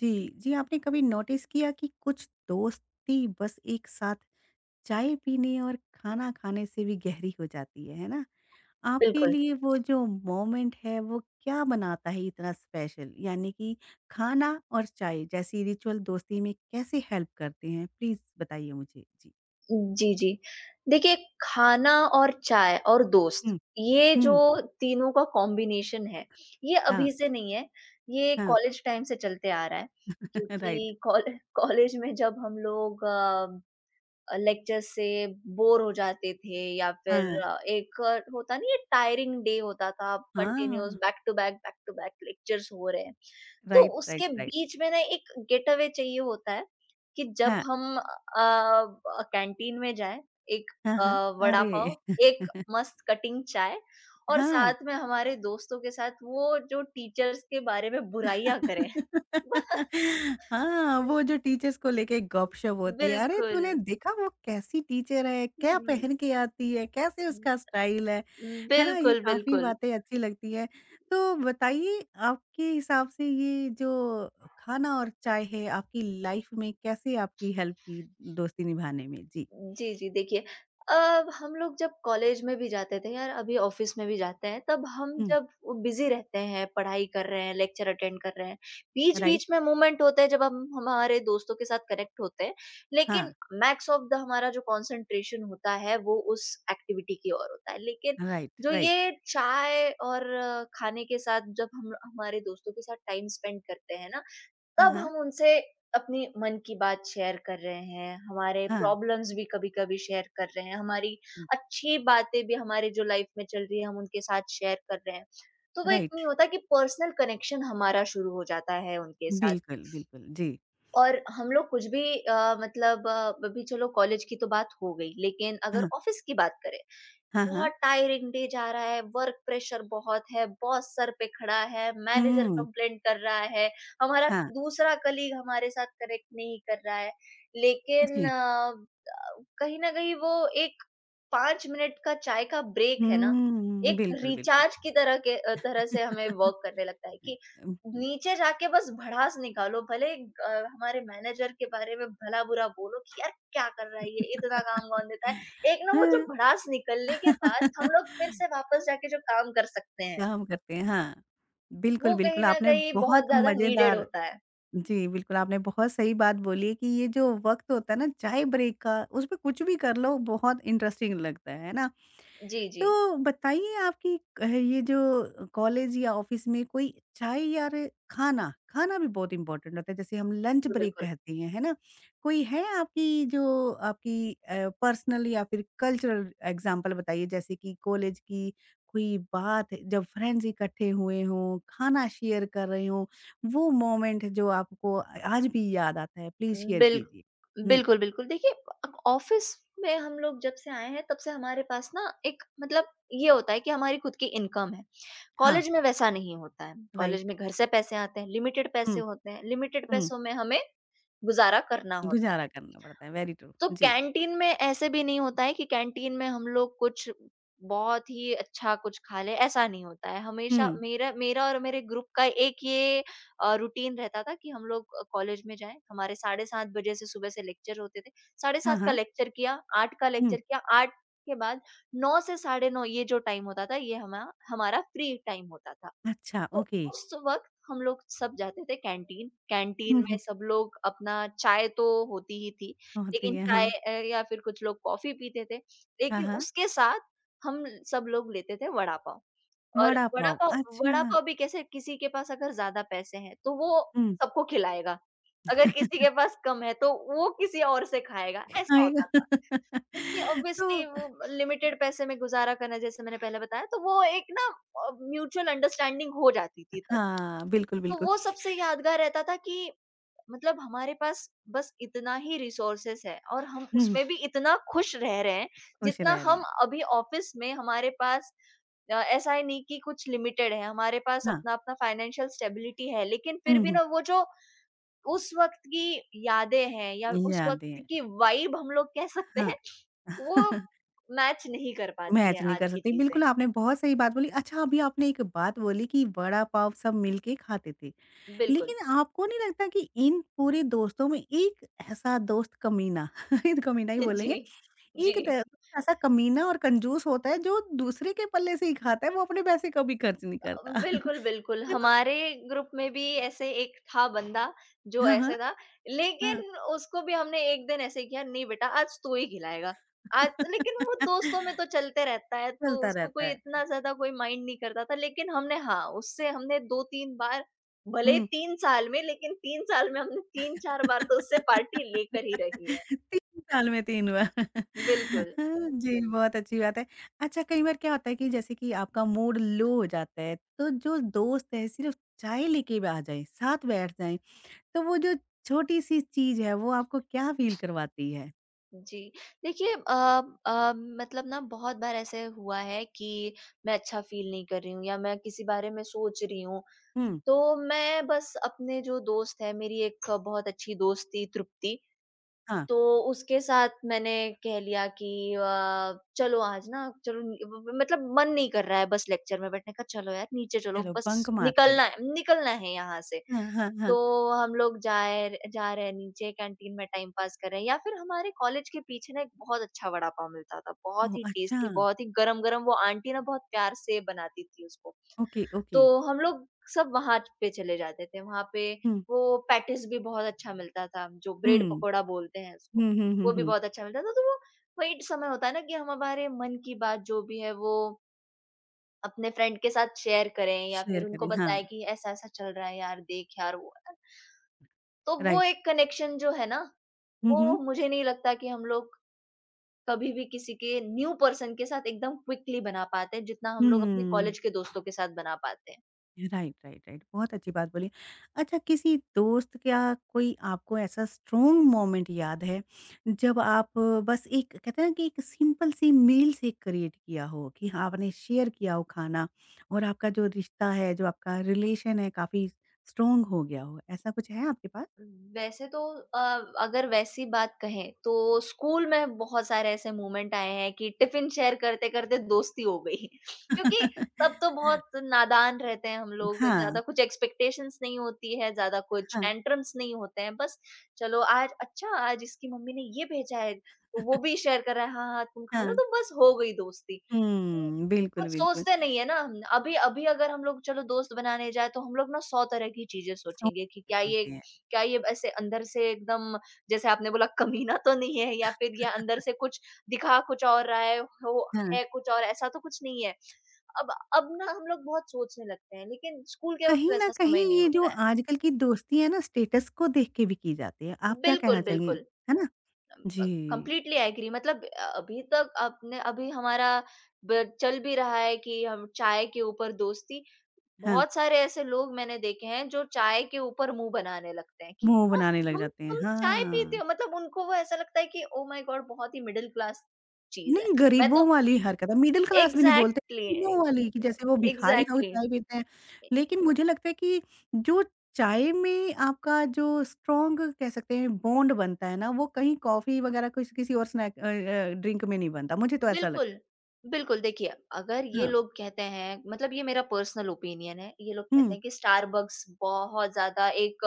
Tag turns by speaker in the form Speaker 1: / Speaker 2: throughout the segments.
Speaker 1: जी, जी, आपने कभी नोटिस किया कि कुछ दोस्ती बस एक साथ चाय पीने और खाना खाने से भी गहरी हो जाती है ना? आपके
Speaker 2: बिल्कुल,
Speaker 1: लिए वो जो मोमेंट है वो क्या बनाता है इतना स्पेशल? यानी कि खाना और चाय जैसी रिचुअल दोस्ती में कैसे हेल्प करते हैं? प्लीज़ बताइए मुझे? जी।
Speaker 2: जी, जी। देखिए, खाना और चाय और दोस्त,
Speaker 1: हुँ,
Speaker 2: ये जो
Speaker 1: हुँ,
Speaker 2: तीनों का कॉम्बिनेशन है, ये
Speaker 1: हाँ,
Speaker 2: अभी से नहीं है, ये
Speaker 1: हाँ,
Speaker 2: कॉलेज टाइम से चलते आ रहा है।
Speaker 1: राइट,
Speaker 2: क्योंकि कॉल कॉलेज में जब हम लोग लेक्चर से बोर हो जाते थे या फिर
Speaker 1: हाँ,
Speaker 2: एक होता नहीं है, टायरिंग डे होता था, कंटिन्यूअस
Speaker 1: हाँ,
Speaker 2: बैक टू बैक लेक्चर्स हो रहे हैं। तो
Speaker 1: राइट, राइट,
Speaker 2: उसके
Speaker 1: राइट,
Speaker 2: बीच में ना एक गेट अवे चाहिए होता है कि जब
Speaker 1: हाँ,
Speaker 2: हम कैंटीन में जाएं, एक
Speaker 1: हाँ,
Speaker 2: अ,
Speaker 1: हाँ,
Speaker 2: वड़ा
Speaker 1: अरे!
Speaker 2: पाव, एक मस्त कटिंग चाय और
Speaker 1: हाँ।
Speaker 2: साथ में हमारे दोस्तों के साथ वो जो टीचर्स के बारे में बुराइयां करें।
Speaker 1: हाँ, वो
Speaker 2: बस,
Speaker 1: जो टीचर्स को लेके गपशप होती है, अरे
Speaker 2: बिल्कुल।
Speaker 1: तूने देखा वो कैसी टीचर है, क्या
Speaker 2: हम्म,
Speaker 1: पहन के आती है, कैसे
Speaker 2: हम्म।
Speaker 1: उसका स्टाइल है ना? ये
Speaker 2: बिल्कुल,
Speaker 1: काफ़ी
Speaker 2: बिल्कुल।
Speaker 1: बातें अच्छी लगती है। तो बताइए आपके हिसाब से ये जो खाना और चाय है आपकी लाइफ में कैसे आपकी हेल्प की दोस्ती निभाने में? जी।
Speaker 2: जी, जी। देखिए, अ, हम लोग जब कॉलेज में भी जाते थे यार, अभी ऑफ़िस में भी जाते हैं, तब हम
Speaker 1: हुँ।
Speaker 2: जब बिज़ी रहते हैं, पढ़ाई कर रहे हैं, लेक्चर अटेंड कर रहे हैं,
Speaker 1: राइट?
Speaker 2: बीच-बीच में मोमेंट होते हैं जब हम हमारे दोस्तों के साथ कनेक्ट होते हैं, लेकिन
Speaker 1: हाँ,
Speaker 2: मैक्स ऑफ़ द हमारा जो कंसंट्रेशन होता है वो उस एक्टिविटी की ओर होता है। लेकिन
Speaker 1: राइट,
Speaker 2: जो
Speaker 1: राइट।
Speaker 2: ये चाय और खाने के साथ जब हम हमारे दोस्तों के साथ टाइम स्पेंड करते हैं ना,
Speaker 1: हाँ,
Speaker 2: तब
Speaker 1: हाँ,
Speaker 2: हम उनसे अपनी मन की बात शेयर कर रहे हैं, हमारे
Speaker 1: हाँ,
Speaker 2: प्रॉब्लम्स भी कभी-कभी शेयर कर रहे हैं, हमारी अच्छी बातें भी हमारे जो लाइफ में चल रही है, हम उनके साथ शेयर कर रहे हैं। तो वो एक नहीं
Speaker 1: राइट,
Speaker 2: होता कि पर्सनल कनेक्शन हमारा शुरू हो जाता है उनके साथ।
Speaker 1: बिल्कुल, बिल्कुल, जी।
Speaker 2: और हम लोग कुछ भी मतलब, अभी चलो कॉलेज की तो बात हो गई, लेकिन अगर
Speaker 1: हाँ,
Speaker 2: ऑफ़िस की बात करें,
Speaker 1: हाँ, हाँ।
Speaker 2: बहुत टायरिंग डे जा रहा है, वर्क प्रेशर बहुत है, बॉस सर पे खड़ा है, मैनेजर
Speaker 1: हुँ,
Speaker 2: कंप्लेंट कर रहा है, हमारा
Speaker 1: हाँ।
Speaker 2: दूसरा कलीग हमारे साथ कनेक्ट नहीं कर रहा है। लेकिन
Speaker 1: जी।
Speaker 2: कहीं न कहीं वो एक 5 मिनट का चाय का ब्रेक है ना,
Speaker 1: हुँ,
Speaker 2: एक
Speaker 1: बिल्कुल, बिल्कुल।
Speaker 2: रिचार्ज की तरह के तरह से हमें वर्क करने लगता है कि नीचे जाके बस भड़ास निकालो, भले हमारे मैनेजर के बारे में भला-बुरा बोलो कि यार क्या कर रहा है ये, इतना काम कौन देता है? एक ना वो जो
Speaker 1: हाँ।
Speaker 2: भड़ास निकलने के बाद हम लोग फिर से वापस जाके जो काम कर सकते हैं,
Speaker 1: काम करते हैं, हाँ। बिल्कुल,
Speaker 2: वो कहीं
Speaker 1: बिल्कुल,
Speaker 2: न
Speaker 1: आपने
Speaker 2: कहीं बहुत
Speaker 1: बहुत
Speaker 2: ज़्यादा नीडेड
Speaker 1: मज़ेदार
Speaker 2: होता है।
Speaker 1: जी, बिल्कुल, आपने बहुत सही बात बोली है कि ये जो वक़्त होता है ना चाय ब्रेक का, उसपे कुछ भी कर लो बहुत इंटरेस्टिंग लगता है ना?
Speaker 2: जी, जी।
Speaker 1: तो बताइए आपकी क ये जो कॉलेज या ऑफ़िस में कोई चाय या र खाना, खाना भी बहुत इम्पोर्टेंट होता है जैसे हम लंच ब्रेक
Speaker 2: बिल्कुल,
Speaker 1: कहते हैं, है ना? कोई है आपकी जो आपकी पर्सनल या फिर कल्चरल एग्ज़ाम्पल बताइए जैसे कि कॉलेज की कोई बात जब फ्रेंड्स इकट्ठे हुए हों, खाना शेयर कर रहे हों वो मोमेंट जो आपको आज भी याद आता है प्लीज शेयर
Speaker 2: बिल
Speaker 1: कीजिए? हुँ,
Speaker 2: बिल्कुल, बिल्कुल। देखिए, अब ऑफ़िस में हम लोग जब से आए हैं तब से हमारे पास ना एक मतलब ये होता है कि हमारी खुद की इनकम है।
Speaker 1: हाँ,
Speaker 2: कॉलेज में वैसा नहीं होता है। College
Speaker 1: right.
Speaker 2: में घर से पैसे आते हैं, लिमिटेड पैसे
Speaker 1: हुँ,
Speaker 2: होते हैं, लिमिटेड
Speaker 1: हुँ,
Speaker 2: पैसों में हमें गुज़ारा करना होता
Speaker 1: गुज़ारा
Speaker 2: है।
Speaker 1: करना पड़ता है, वेरी ट्रू।
Speaker 2: तो
Speaker 1: जी,
Speaker 2: कैंटीन में ऐसे भी नहीं होता है कि कैंटीन में हम लोग कुछ बहुत ही अच्छा कुछ खा लें, ऐसा नहीं होता है। हमेशा
Speaker 1: हुँ,
Speaker 2: मेरा मेरा और मेरे ग्रुप का एक ये रूटीन रहता था कि हम लोग कॉलेज में जाएँ, हमारे 7:30 बजे से सुबह से लेक्चर होते थे।
Speaker 1: हाँ,
Speaker 2: 7:30 का
Speaker 1: हाँ,
Speaker 2: लेक्चर किया, 8 का
Speaker 1: हुँ,
Speaker 2: लेक्चर किया, 8 के बाद 9 से 9:30, ये जो टाइम होता था, ये हमारा फ्री टाइम होता था।
Speaker 1: अच्छा,
Speaker 2: तो
Speaker 1: ओके।
Speaker 2: उस वक़्त हम लोग सब जाते थे कैंटीन,
Speaker 1: हुँ,
Speaker 2: कैंटीन में
Speaker 1: हुँ,
Speaker 2: सब लोग अपना चाय तो होती ही थी,
Speaker 1: होती
Speaker 2: लेकिन
Speaker 1: है,
Speaker 2: चाय
Speaker 1: हाँ,
Speaker 2: या फिर कुछ लोग कॉफ़ी पीते थे,
Speaker 1: हाँ,
Speaker 2: लेकिन
Speaker 1: हाँ,
Speaker 2: उसके साथ हम सब लोग लेते थे वड़ा पाव। और
Speaker 1: वड़ा
Speaker 2: वड़ा
Speaker 1: पाव,
Speaker 2: पाव वड़ा
Speaker 1: अच्छा,
Speaker 2: पाव भी कैसे, किसी के पास अगर ज़्यादा पैसे हैं, तो वो
Speaker 1: हुँ,
Speaker 2: सबको खिलाएगा, अगर किसी के पास कम है, तो वो किसी और से खाएगा, ऐसा
Speaker 1: खाएगा
Speaker 2: होता था। क्योंकि
Speaker 1: तो
Speaker 2: ऑब्वियसली वो लिमिटेड पैसे में गुज़ारा करना, जैसे मैंने पहले बताया, तो वो एक ना म्यूचुअल अंडरस्टैंडिंग हो जाती थी तब।
Speaker 1: हाँ, बिल्कुल,
Speaker 2: तो
Speaker 1: बिल्कुल,
Speaker 2: वो सबसे यादगार रहता था कि मतलब हमारे पास बस इतना ही रिसोर्सेस है और हम
Speaker 1: हुँ, हुँ,
Speaker 2: उसमें भी इतना खुश रह रहे हैं,
Speaker 1: खुश रह
Speaker 2: जितना
Speaker 1: रहे
Speaker 2: हम
Speaker 1: हैं,
Speaker 2: अभी ऑफिस में हमारे पास ऐसा है नहीं कि कुछ लिमिटेड है, हमारे पास
Speaker 1: हाँ,
Speaker 2: अपना अपना फाइनेंशियल स्टेबिलिटी है, लेकिन फिर
Speaker 1: हुँ,
Speaker 2: भी
Speaker 1: हुँ,
Speaker 2: ना वो जो उस वक्त की यादें हैं या उस
Speaker 1: यादें,
Speaker 2: वक्त
Speaker 1: हैं।
Speaker 2: की वाइब हम लोग कह सकते
Speaker 1: हाँ।
Speaker 2: हैं, वो मैच नहीं कर पाती
Speaker 1: मैच
Speaker 2: है
Speaker 1: नहीं
Speaker 2: आज
Speaker 1: कर
Speaker 2: की
Speaker 1: सकते,
Speaker 2: चीजें।
Speaker 1: बिल्कुल आपने बहुत सही बात बोली। अच्छा अभी आपने एक बात बोली कि वड़ा पाव सब मिलके खाते थे,
Speaker 2: बिल्कुल।
Speaker 1: लेकिन आपको नहीं लगता कि इन पूरे दोस्तों में एक ऐसा दोस्त कमीना इन कमीना ही
Speaker 2: जी,
Speaker 1: बोलेंगे,
Speaker 2: जी।
Speaker 1: एक द ऐसा कमीना और कंजूस होता है जो दूसरे के पल्ले से ही खाता है, वो अपने पैसे कभी खर्च नहीं करता,
Speaker 2: बिल्कुल, बिल्कुल।
Speaker 1: है ना?
Speaker 2: हमारे ग्रुप में भी ऐसे एक था बंदा जो
Speaker 1: हाँ, हाँ,
Speaker 2: ऐसे था,
Speaker 1: हाँ।
Speaker 2: लेकिन उसको भी हमने एक दिन ऐसे किया, "नहीं बेटा, आज तू ही खिलाएगा।" आज, लेकिन वो दोस्तों में तो चलते रहता है, तो
Speaker 1: चलता
Speaker 2: उसको
Speaker 1: रहता
Speaker 2: कोई
Speaker 1: है।
Speaker 2: इतना ज़्यादा कोई माइंड नहीं करता था, लेकिन हमने, हाँ, उससे हमने 2-3 बार, भले ही
Speaker 1: हुँ,
Speaker 2: 3 साल में, लेकिन 3 साल में हमने 3-4 बार
Speaker 1: 3
Speaker 2: तो उससे पार्टी लेकर ही रही है।
Speaker 1: साल में 3 बार।
Speaker 2: बिल्कुल।
Speaker 1: हाँ जी, बहुत अच्छी बात है। अच्छा कई बार क्या होता है कि जैसे कि आपका मूड लो हो जाता है, तो जो दोस्त है सिर्फ़ चाय लेके भी आ जाएँ, साथ बैठ जाएँ, तो वो जो छोटी-सी चीज़ है वो आपको क्या फ़ील करवाती है?
Speaker 2: जी। देखिए मतलब ना बहुत बार ऐसे हुआ है कि मैं अच्छा फ़ील नहीं कर रही हूँ या मैं किसी बारे में सोच रही हूँ,
Speaker 1: हुँ,
Speaker 2: तो मैं बस अपने जो दोस्त है, मेरी एक बहुत अच्छी दोस्त थी तृप्ति,
Speaker 1: हाँ,
Speaker 2: तो उसके साथ मैंने कह लिया कि चलो आज ना, चलो व व मतलब मन नहीं कर रहा है बस लेक्चर में बैठने का, चलो यार नीचे चलो,
Speaker 1: चलो बंक
Speaker 2: बस
Speaker 1: मारते हैं।
Speaker 2: निकलना है यहाँ से।
Speaker 1: हाँ, हाँ,
Speaker 2: तो
Speaker 1: हाँ।
Speaker 2: हम लोग जाए जा रहे हैं नीचे कैंटीन में, टाइम पास कर रहे हैं या फिर हमारे कॉलेज के पीछे ना एक बहुत अच्छा वड़ा पाव मिलता था, बहुत
Speaker 1: ओह!
Speaker 2: ही
Speaker 1: अच्छा,
Speaker 2: टेस्टी, बहुत ही गरम गरम, वो आंटी ना बहुत प्यार से बनाती थी उसको।
Speaker 1: Okay, okay.
Speaker 2: तो हम लोग सब वहां पे चले जाते थे, वहां पे
Speaker 1: हुँ,
Speaker 2: वो पैटिस भी बहुत अच्छा मिलता था, जो ब्रेड
Speaker 1: हुँ।
Speaker 2: पकोड़ा बोलते हैं उसको,
Speaker 1: हुँ, हुँ, हुँ,
Speaker 2: वो भी
Speaker 1: हुँ।
Speaker 2: बहुत अच्छा मिलता था। तो वो वही समय होता है ना कि हम हमारे मन की बात जो भी है वो अपने फ्रेंड के साथ शेयर करें या
Speaker 1: शेयर
Speaker 2: फिर उनको
Speaker 1: करें,
Speaker 2: बताएं
Speaker 1: हाँ,
Speaker 2: कि ऐसा ऐसा चल रहा है, यार देख यार, वो। तो वो
Speaker 1: राइट।
Speaker 2: एक कनेक्शन जो है ना,
Speaker 1: हुँ,
Speaker 2: वो
Speaker 1: हुँ।
Speaker 2: मुझे नहीं लगता कि हम लोग कभी भी किसी के न्यू पर्सन के साथ एकदम क्विकली बना पाते हैं, जितना हम लोग अपने
Speaker 1: हुँ।
Speaker 2: कॉलेज के दोस्तों के साथ बना पाते हैं।
Speaker 1: Right, right, right. बहुत अच्छी बात बोली। अच्छा किसी दोस्त क्या कोई आपको ऐसा स्ट्रॉन्ग मोमेंट याद है, जब आप बस एक कहते हैं ना कि एक सिंपल सी मील से क्रिएट किया हो कि हाँ, आपने शेयर किया हो खाना और आपका जो रिश्ता है, जो आपका रिलेशन है काफ़ी स्ट्रॉन्ग हो गया हो, ऐसा कुछ है आपके पास?
Speaker 2: वैसे तो अ, अगर वैसी बात कहें तो स्कूल में बहुत सारे ऐसे मोमेंट आए हैं कि टिफिन शेयर करते-करते दोस्ती हो गई। क्योंकि तब तो बहुत नादान रहते हैं हम लोग,
Speaker 1: हाँ,
Speaker 2: ज़्यादा कुछ एक्सपेक्टेशंस नहीं होती है, ज़्यादा कुछ
Speaker 1: हाँ,
Speaker 2: टेंट्रम्स नहीं होते हैं, बस चलो आज, अच्छा, आज इसकी मम्मी ने ये भेजा है, तो वो भी शेयर कर रहा है, हाँ, हाँ, तुम खा लो,
Speaker 1: हाँ।
Speaker 2: तो बस हो गई दोस्ती।
Speaker 1: हुँ, बिल्कुल,
Speaker 2: कुछ
Speaker 1: बिल्कुल।
Speaker 2: सोचते नहीं है ना हम। अभी अभी अगर हम लोग चलो दोस्त बनाने जाए, तो हम लोग ना 100 तरह की चीज़ें सोचेंगे कि
Speaker 1: सॉफ्ट
Speaker 2: क्या ये,
Speaker 1: होते हैं।
Speaker 2: ऐसे अंदर से एकदम जैसे आपने बोला कमीना तो नहीं है, या फिर ये अंदर से कुछ दिखा कुछ और रहा है, हो,
Speaker 1: हाँ।
Speaker 2: है कुछ और, ऐसा तो कुछ नहीं है। अब अब ना हम लोग बहुत सोचने लगते हैं, लेकिन स्कूल के
Speaker 1: कहीं
Speaker 2: वक़्त
Speaker 1: न
Speaker 2: वैसा
Speaker 1: कहीं
Speaker 2: समय नहीं
Speaker 1: ये जो
Speaker 2: होता है।
Speaker 1: आजकल की दोस्ती है ना स्टेटस को देख के भी की जाती है। आप क्या कहना
Speaker 2: बिल्कुल,
Speaker 1: चाहेंगे?
Speaker 2: बिल्कुल।
Speaker 1: है ना? जी,
Speaker 2: कंप्लीटली आई एग्री। मतलब अभी तक आपने अभी हमारा चल भी रहा है कि हम चाय के ऊपर दोस्ती।
Speaker 1: हाँ,
Speaker 2: बहुत सारे ऐसे लोग मैंने देखे हैं जो चाय के ऊपर मुंह बनाने लगते हैं कि
Speaker 1: मुँह
Speaker 2: "आह,
Speaker 1: बनाने लग
Speaker 2: तुम
Speaker 1: जाते हैं।
Speaker 2: तुम चाय पीते
Speaker 1: हाँ,
Speaker 2: हो", मतलब उनको वो ऐसा लगता है कि ओ माय गॉड, बहुत ही मिडिल क्लास चीज है।
Speaker 1: नहीं
Speaker 2: मैं तो
Speaker 1: गरीबों वाली हरकत है, मिडल क्लास भी नहीं बोलते,
Speaker 2: एग्जैक्टली,
Speaker 1: गरीबों वाली कि जैसे वो भिखारी लोग
Speaker 2: एग्जैक्टली,
Speaker 1: चाय पीते हैं। लेकिन मुझे लगता है कि जो चाय में आपका जो स्ट्रॉन्ग कह सकते हैं बॉन्ड बनता है ना, वो कहीं कॉफ़ी वग़ैरह कुछ किसी और स्नैक ड्रिंक में नहीं बनता, मुझे तो ऐसा लगता
Speaker 2: बिल्कुल,
Speaker 1: है।
Speaker 2: बिल्कुल, देखिए, अगर ये
Speaker 1: हाँ,
Speaker 2: लोग कहते हैं, मतलब ये मेरा पर्सनल ओपिनियन है, ये लोग कहते
Speaker 1: हुँ,
Speaker 2: हैं कि स्टारबक्स बहुत ज़्यादा एक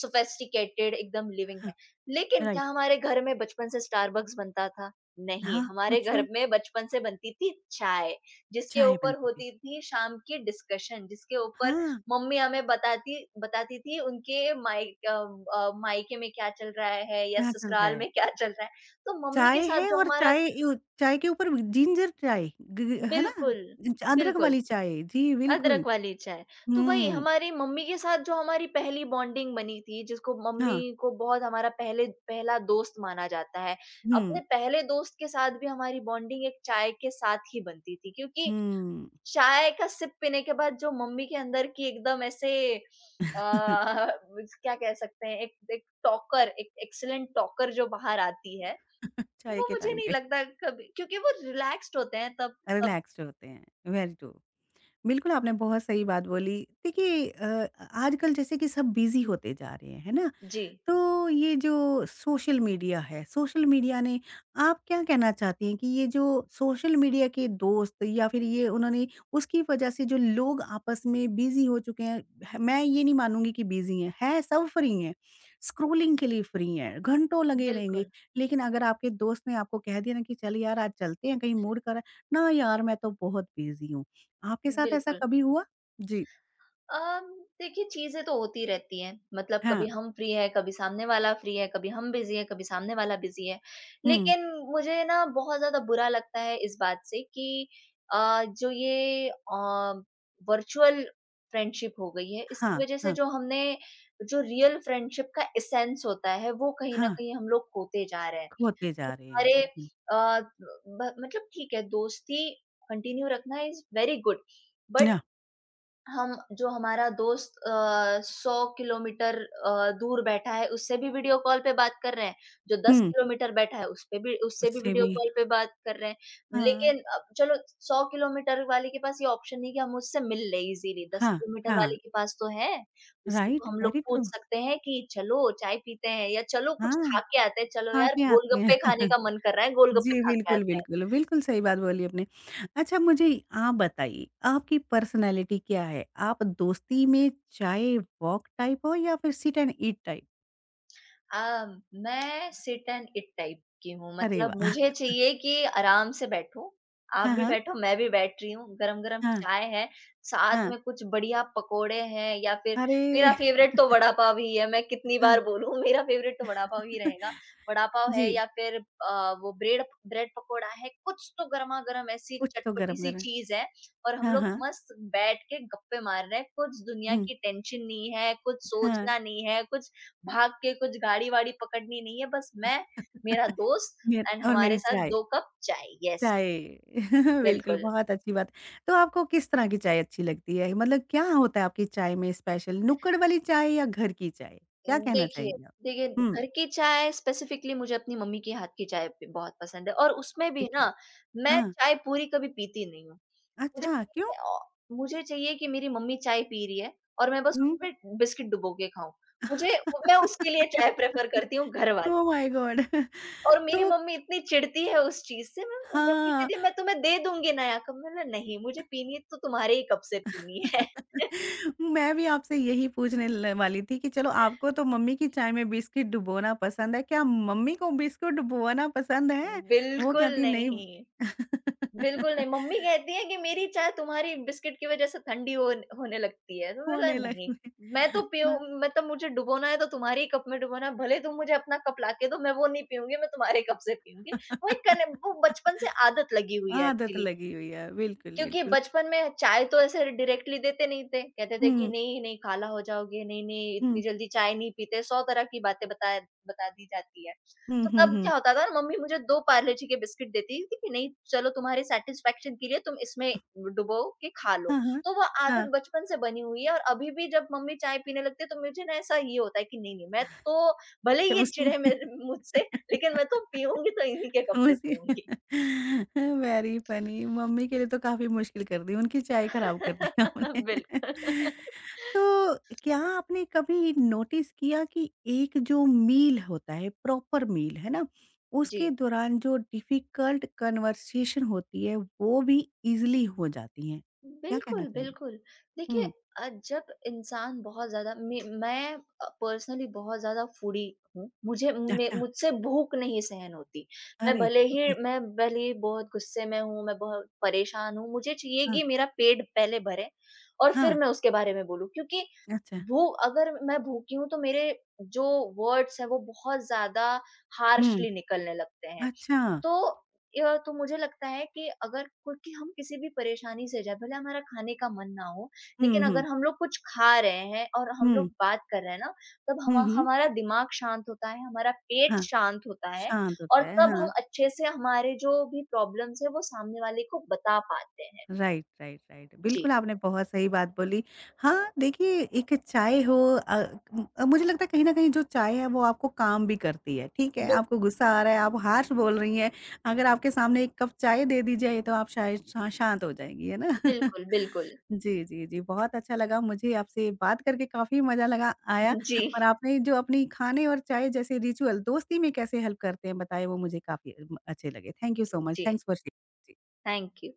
Speaker 2: सोफिस्टिकेटेड एकदम लिविंग
Speaker 1: हाँ,
Speaker 2: है। लेकिन क्या
Speaker 1: राइट।
Speaker 2: हमारे घर में बचपन से स्टारबक्स बनता था? नहीं,
Speaker 1: हाँ,
Speaker 2: हमारे घर
Speaker 1: पूछो,
Speaker 2: में बचपन से बनती थी चाय, जिसके
Speaker 1: चाय
Speaker 2: ऊपर
Speaker 1: बनती थी।
Speaker 2: होती थी शाम की डिस्कशन, जिसके ऊपर
Speaker 1: हाँ,
Speaker 2: मम्मी हमें बताती बताती थी उनके मायके में क्या चल रहा है या
Speaker 1: यहाँ चल रहा
Speaker 2: ससुराल
Speaker 1: है।
Speaker 2: में क्या चल रहा है। तो मम्मी
Speaker 1: चाय
Speaker 2: के साथ
Speaker 1: है
Speaker 2: जो
Speaker 1: और
Speaker 2: हमारा
Speaker 1: चाय के ऊपर जिंजर चाय ग ग है ना?
Speaker 2: बिल्कुल,
Speaker 1: अदरक
Speaker 2: बिल्कुल,
Speaker 1: वाली चाय, जी बिल्कुल।
Speaker 2: अदरक वाली चाय। तो वही
Speaker 1: हुँ,
Speaker 2: हमारी मम्मी के साथ जो हमारी पहली बॉन्डिंग बनी थी, जिसको मम्मी
Speaker 1: हाँ,
Speaker 2: को बहुत हमारा पहले पहला दोस्त माना जाता है।
Speaker 1: हुँ,
Speaker 2: अपने पहले दोस्त के साथ भी हमारी बॉन्डिंग एक चाय के साथ ही बनती थी, क्योंकि
Speaker 1: हुँ।
Speaker 2: चाय का सिप पीने के बाद जो मम्मी के अंदर की एकदम ऐसे क्या कह सकते हैं, एक एक टॉकर, एक एक्सीलेंट टॉकर जो बाहर आती है,
Speaker 1: चाय
Speaker 2: वो
Speaker 1: के
Speaker 2: मुझे
Speaker 1: टाइम
Speaker 2: नहीं
Speaker 1: पे
Speaker 2: लगता कभी क्योंकि वो रिलैक्स्ड होते हैं तब तब।
Speaker 1: रिलैक्स्ड होते हैं, वेरी ट्रू। बिल्कुल, आपने बहुत सही बात बोली। देखिए आजकल जैसे कि सब बिज़ी होते जा रहे हैं, है ना?
Speaker 2: जी,
Speaker 1: तो ये जो सोशल मीडिया है, सोशल मीडिया ने आप क्या कहना चाहती हैं कि ये जो सोशल मीडिया के दोस्त या फिर ये उन्होंने उसकी वजह से जो लोग आपस में बिज़ी हो चुके हैं, ह मैं ये नहीं मानूँगी कि बिज़ी हैं सब फ्री हैं, स्क्रॉलिंग के लिए फ्री हैं, घंटों लगे रहेंगे।
Speaker 2: बिल्कुल।
Speaker 1: लेकिन अगर आपके दोस्त ने आपको कह दिया ना कि चल यार आज चलते हैं कहीं मूड कर रहा है, ना यार मैं तो बहुत बिज़ी हूँ। आपके साथ ऐसा
Speaker 2: बिल्कुल।
Speaker 1: कभी हुआ? जी,
Speaker 2: अम, देखिए चीज़ें तो होती रहती हैं, मतलब
Speaker 1: हाँ,
Speaker 2: कभी हम फ्री हैं, कभी सामने वाला फ्री है, कभी हम बिज़ी हैं, कभी सामने वाला बिज़ी है।
Speaker 1: हुँ,
Speaker 2: लेकिन मुझे ना बहुत ज़्यादा बुरा लगता है इस बात से कि अ, जो ये अ, वर्चुअल फ्रेंडशिप हो गई है, इसकी
Speaker 1: हाँ,
Speaker 2: वज़ह से
Speaker 1: हाँ,
Speaker 2: जो रियल फ्रेंडशिप का एसेंस होता है, वो कहीं न
Speaker 1: हाँ,
Speaker 2: कहीं हम लोग खोते जा रहे हैं।
Speaker 1: खोते
Speaker 2: कि
Speaker 1: जा रहे
Speaker 2: हमारे
Speaker 1: हैं।
Speaker 2: अ, ब मतलब ठीक है दोस्ती कंटिन्यू रखना इज़ वेरी गुड बट
Speaker 1: ना
Speaker 2: हम जो हमारा दोस्त 100 किलोमीटर दूर बैठा है, उससे भी वीडियो कॉल पे बात कर रहे हैं, जो 10
Speaker 1: हुँ।
Speaker 2: किलोमीटर बैठा है, उस पे भी उससे भी
Speaker 1: उससे
Speaker 2: वीडियो
Speaker 1: भी
Speaker 2: कॉल पे बात कर रहे हैं।
Speaker 1: हाँ,
Speaker 2: लेकिन अब चलो 100 किलोमीटर वाले के पास ये ऑप्शन नहीं है कि हम उससे मिल लें इज़िली, 10
Speaker 1: हाँ,
Speaker 2: किलोमीटर
Speaker 1: हाँ।
Speaker 2: वाले के पास तो है, उससे
Speaker 1: राइट,
Speaker 2: तो हम लोग
Speaker 1: वेरी ट्रू।
Speaker 2: पूछ सकते हैं कि चलो चाय पीते हैं या चलो कुछ खा
Speaker 1: हाँ,
Speaker 2: के आते हैं, चलो यार
Speaker 1: हाँके आती हैं।
Speaker 2: गोलगप्पे खाने का मन कर रहा है, गोलगप्पे
Speaker 1: जी,
Speaker 2: खा के
Speaker 1: बिल्कुल,
Speaker 2: आते हैं।
Speaker 1: बिल्कुल। बिल्कुल सही बात बोली आपने। अच्छा मुझे आप बताइए, आपकी पर्सनैलिटी क्या है? आप दोस्ती में चाय वॉक टाइप हो या फिर sit and eat type?
Speaker 2: Uh, मैं सिट एंड इट टाइप की हूँ,
Speaker 1: अरे
Speaker 2: मतलब
Speaker 1: वाह!
Speaker 2: मुझे चाहिए कि आराम से बैठूँ, आप
Speaker 1: हाँ,
Speaker 2: भी
Speaker 1: हाँ,
Speaker 2: बैठो, मैं भी बैठ रही हूँ, गरम-गरम
Speaker 1: हाँ,
Speaker 2: चाय है, साथ
Speaker 1: हाँ।
Speaker 2: में कुछ बढ़िया पकोड़े हैं या फिर मेरा
Speaker 1: अरे!
Speaker 2: फ़ेवरेट तो वड़ा-पाव ही है, मैं कितनी
Speaker 1: हाँ,
Speaker 2: बार बोलूँ मेरा फ़ेवरेट तो वड़ा-पाव ही रहेगा। वड़ा-पाव
Speaker 1: जी,
Speaker 2: है या फिर वो ब्रेड ब्रेड पकोड़ा है, कुछ तो गरमा-गरम ऐसी
Speaker 1: कुछ तो
Speaker 2: चटपटी-सी
Speaker 1: गरम-गरम।
Speaker 2: चीज़ है और हम
Speaker 1: हाँ,
Speaker 2: लोग
Speaker 1: हाँ।
Speaker 2: मस्त बैठ के गप्पे मार रहे हैं, कुछ दुनिया
Speaker 1: हुँ,
Speaker 2: की टेंशन नहीं है, कुछ
Speaker 1: हाँ।
Speaker 2: सोचना नहीं है, कुछ भाग के कुछ गाड़ी-वाड़ी पकड़नी नहीं है, बस मैं, मेरा दोस्त
Speaker 1: मेर
Speaker 2: एंड
Speaker 1: और मेरी
Speaker 2: हमारे साथ
Speaker 1: चाय।
Speaker 2: 2 कप चाय। यस,
Speaker 1: चाय बिल्कुल,
Speaker 2: बिल्कुल।
Speaker 1: बहुत अच्छी बात। तो आपको किस तरह की चाय अच्छी लगती है? मतलब क्या होता है आपकी चाय में स्पेशल? नुक्कड़ वाली चाय या घर की चाय? क्या कहना
Speaker 2: देखिए
Speaker 1: चाहेंगी आप?
Speaker 2: देखिए,
Speaker 1: हुँ,
Speaker 2: घर की चाय स्पेसिफिकली मुझे अपनी मम्मी के हाथ की चाय ब बहुत पसंद है और उसमें भी
Speaker 1: ठीक है।
Speaker 2: ना, मैं
Speaker 1: हाँ,
Speaker 2: चाय पूरी कभी पीती नहीं हूँ। मुझे
Speaker 1: अच्छा क्यों?
Speaker 2: चाहिए औ मुझे चाहिए कि मेरी मम्मी चाय पी रही है और मैं बस
Speaker 1: हुँ।
Speaker 2: उसमें बिस्किट डुबो के खाऊँ। मुझे मैं उसके लिए चाय प्रेफ़र करती हूँ घर वाली।
Speaker 1: Oh my god!
Speaker 2: और मेरी
Speaker 1: तो
Speaker 2: मम्मी इतनी चिढ़ती है उस चीज़ से मैं मम्मी
Speaker 1: हाँ,
Speaker 2: कहती है मैं तुम्हें दे दूँगी नया कप, मैंने बोला नहीं मुझे पीनी है तो तुम्हारे ही कप से पीनी है।
Speaker 1: मैं भी आपसे यही पूछने ल वाली थी कि चलो आपको तो मम्मी की चाय में बिस्किट डुबोना पसंद है, क्या मम्मी को बिस्कुट डुबोना पसंद है? वो
Speaker 2: बिल्कुल
Speaker 1: कहती नहीं
Speaker 2: नहीं, बिल्कुल नहीं, मम्मी कहती है कि मेरी चाय तुम्हारी बिस्किट की वज़ह से ठंडी होने लगती है तो मैंने बोला
Speaker 1: होने
Speaker 2: नहीं,
Speaker 1: लगे
Speaker 2: मैं तो पीऊँ
Speaker 1: हाँ।
Speaker 2: मतलब मुझे डुबोना है तो तुम्हारे ही कप में डुबोना है, भले तुम मुझे अपना कप लाके दो मैं वो नहीं पीऊँगी, मैं तुम्हारे कप से पीऊँगी। वो एक कने वो बचपन से आदत लगी हुई है
Speaker 1: आदत
Speaker 2: एक्चुअली।
Speaker 1: लगी हुई है, बिल्कुल,
Speaker 2: क्योंकि
Speaker 1: बिल्कुल।
Speaker 2: बचपन में चाय तो ऐसे डायरेक्टली देते नहीं थे। कहते थे कि
Speaker 1: हुँ,
Speaker 2: नहीं-नहीं काला हो जाओगे, नहीं-नहीं
Speaker 1: हुँ,
Speaker 2: इतनी जल्दी चाय नहीं पीते, 100 तरह की बातें बता दी जाती है।
Speaker 1: हुँ,
Speaker 2: तो
Speaker 1: हुँ,
Speaker 2: तब
Speaker 1: हुँ।
Speaker 2: क्या होता था ना, मम्मी मुझे 2 पार्ले जी के बिस्किट देती थी कि नहीं चलो तुम्हारे सैटिस्फैक्शन के लिए तुम इसमें डुबो के खा लो।
Speaker 1: हाँ, हाँ।
Speaker 2: तो वो
Speaker 1: हाँ,
Speaker 2: आदत बचपन से बनी हुई है और अभी भी जब मम्मी चाय पीने लगती है तो मुझे ना ऐसा ये होता है कि नहीं-नहीं मैं तो भले
Speaker 1: तो
Speaker 2: ही ये
Speaker 1: उसी
Speaker 2: चिढ़े
Speaker 1: में
Speaker 2: मेरे मुझसे लेकिन मैं तो पीऊँगी तो इन्हीं के कप से
Speaker 1: मुझे
Speaker 2: पीऊँगी।
Speaker 1: वेरी फनी मम्मी के लिए तो काफ़ी मुश्किल कर दी, उनकी चाय खराब कर दी आपने।
Speaker 2: बिल्कुल।
Speaker 1: तो क्या आपने कभी नोटिस किया कि एक जो मील होता है, प्रॉपर मील, है ना?
Speaker 2: जी।
Speaker 1: उसके दौरान जो डिफ़िकल्ट कन्वर्सेशन होती है, वो भी ईज़िली हो जाती हैं। क्या कहना
Speaker 2: बिल्कुल,
Speaker 1: चाहेंगी?
Speaker 2: बिल्कुल। देखिए
Speaker 1: हुँ,
Speaker 2: अ, जब इंसान बहुत ज़्यादा पर्सनली बहुत ज़्यादा फूडी हूँ। मुझे मे
Speaker 1: अच्छा।
Speaker 2: मुझसे भूख नहीं सहन होती।
Speaker 1: अरे! ओके।
Speaker 2: मैं भले ही बहुत गुस्से में हूँ, मैं बहुत परेशान हूँ, मुझे चाहिए
Speaker 1: हाँ,
Speaker 2: कि मेरा पेट पहले भरे और फिर
Speaker 1: हाँ,
Speaker 2: मैं उसके बारे में बोलूँ। क्योंकि
Speaker 1: अच्छा।
Speaker 2: भू अगर मैं भूखी हूँ तो मेरे जो वर्ड्स हैं वो बहुत ज़्यादा
Speaker 1: हुँ,
Speaker 2: हार्शली निकलने लगते हैं।
Speaker 1: अच्छा।
Speaker 2: तो तो मुझे लगता है कि अगर क्योंकि हम किसी भी परेशानी से जाए, भले हमारा खाने का मन ना हो,
Speaker 1: हुँ,
Speaker 2: लेकिन
Speaker 1: हुँ,
Speaker 2: अगर हम लोग कुछ खा रहे हैं और हम
Speaker 1: हुँ,
Speaker 2: लोग बात कर रहे हैं ना, तब
Speaker 1: हुँ, हुँ।
Speaker 2: हमारा दिमाग शांत होता है, हमारा पेट
Speaker 1: हाँ,
Speaker 2: शांत होता है
Speaker 1: शांत
Speaker 2: और
Speaker 1: होता है,
Speaker 2: तब
Speaker 1: हाँ।
Speaker 2: हम अच्छे से हमारे जो भी प्रॉब्लम्स हैं, वो सामने वाले को बता पाते हैं।
Speaker 1: Right, right, right. बिल्कुल,
Speaker 2: जी।
Speaker 1: आपने बहुत सही बात बोली। हाँ, देखिए एक चाय हो अ, मुझे लगता है कहीं न कहीं जो चाय है वो आपको काम भी करती है, ठीक है?
Speaker 2: बिल
Speaker 1: आपको गुस्सा आ रहा है, आप हार्श बोल रही हैं, अगर आपके सामने एक कप चाय दे दी जाए तो आप शायद शा शांत हो जाएँगी, है ना?
Speaker 2: बिल्कुल, बिल्कुल।
Speaker 1: जी, जी, जी, बहुत अच्छा लगा मुझे आपसे बात करके काफ़ी मज़ा लगा आया
Speaker 2: जी,
Speaker 1: और आपने जो अपनी खाने और चाय जैसे रिचुअल दोस्ती में कैसे हेल्प करते हैं बताए वो मुझे काफ़ी अच्छे लगे। थैंक यू सो मच,
Speaker 2: जी।
Speaker 1: Thanks for sharing. जी।
Speaker 2: Thank you.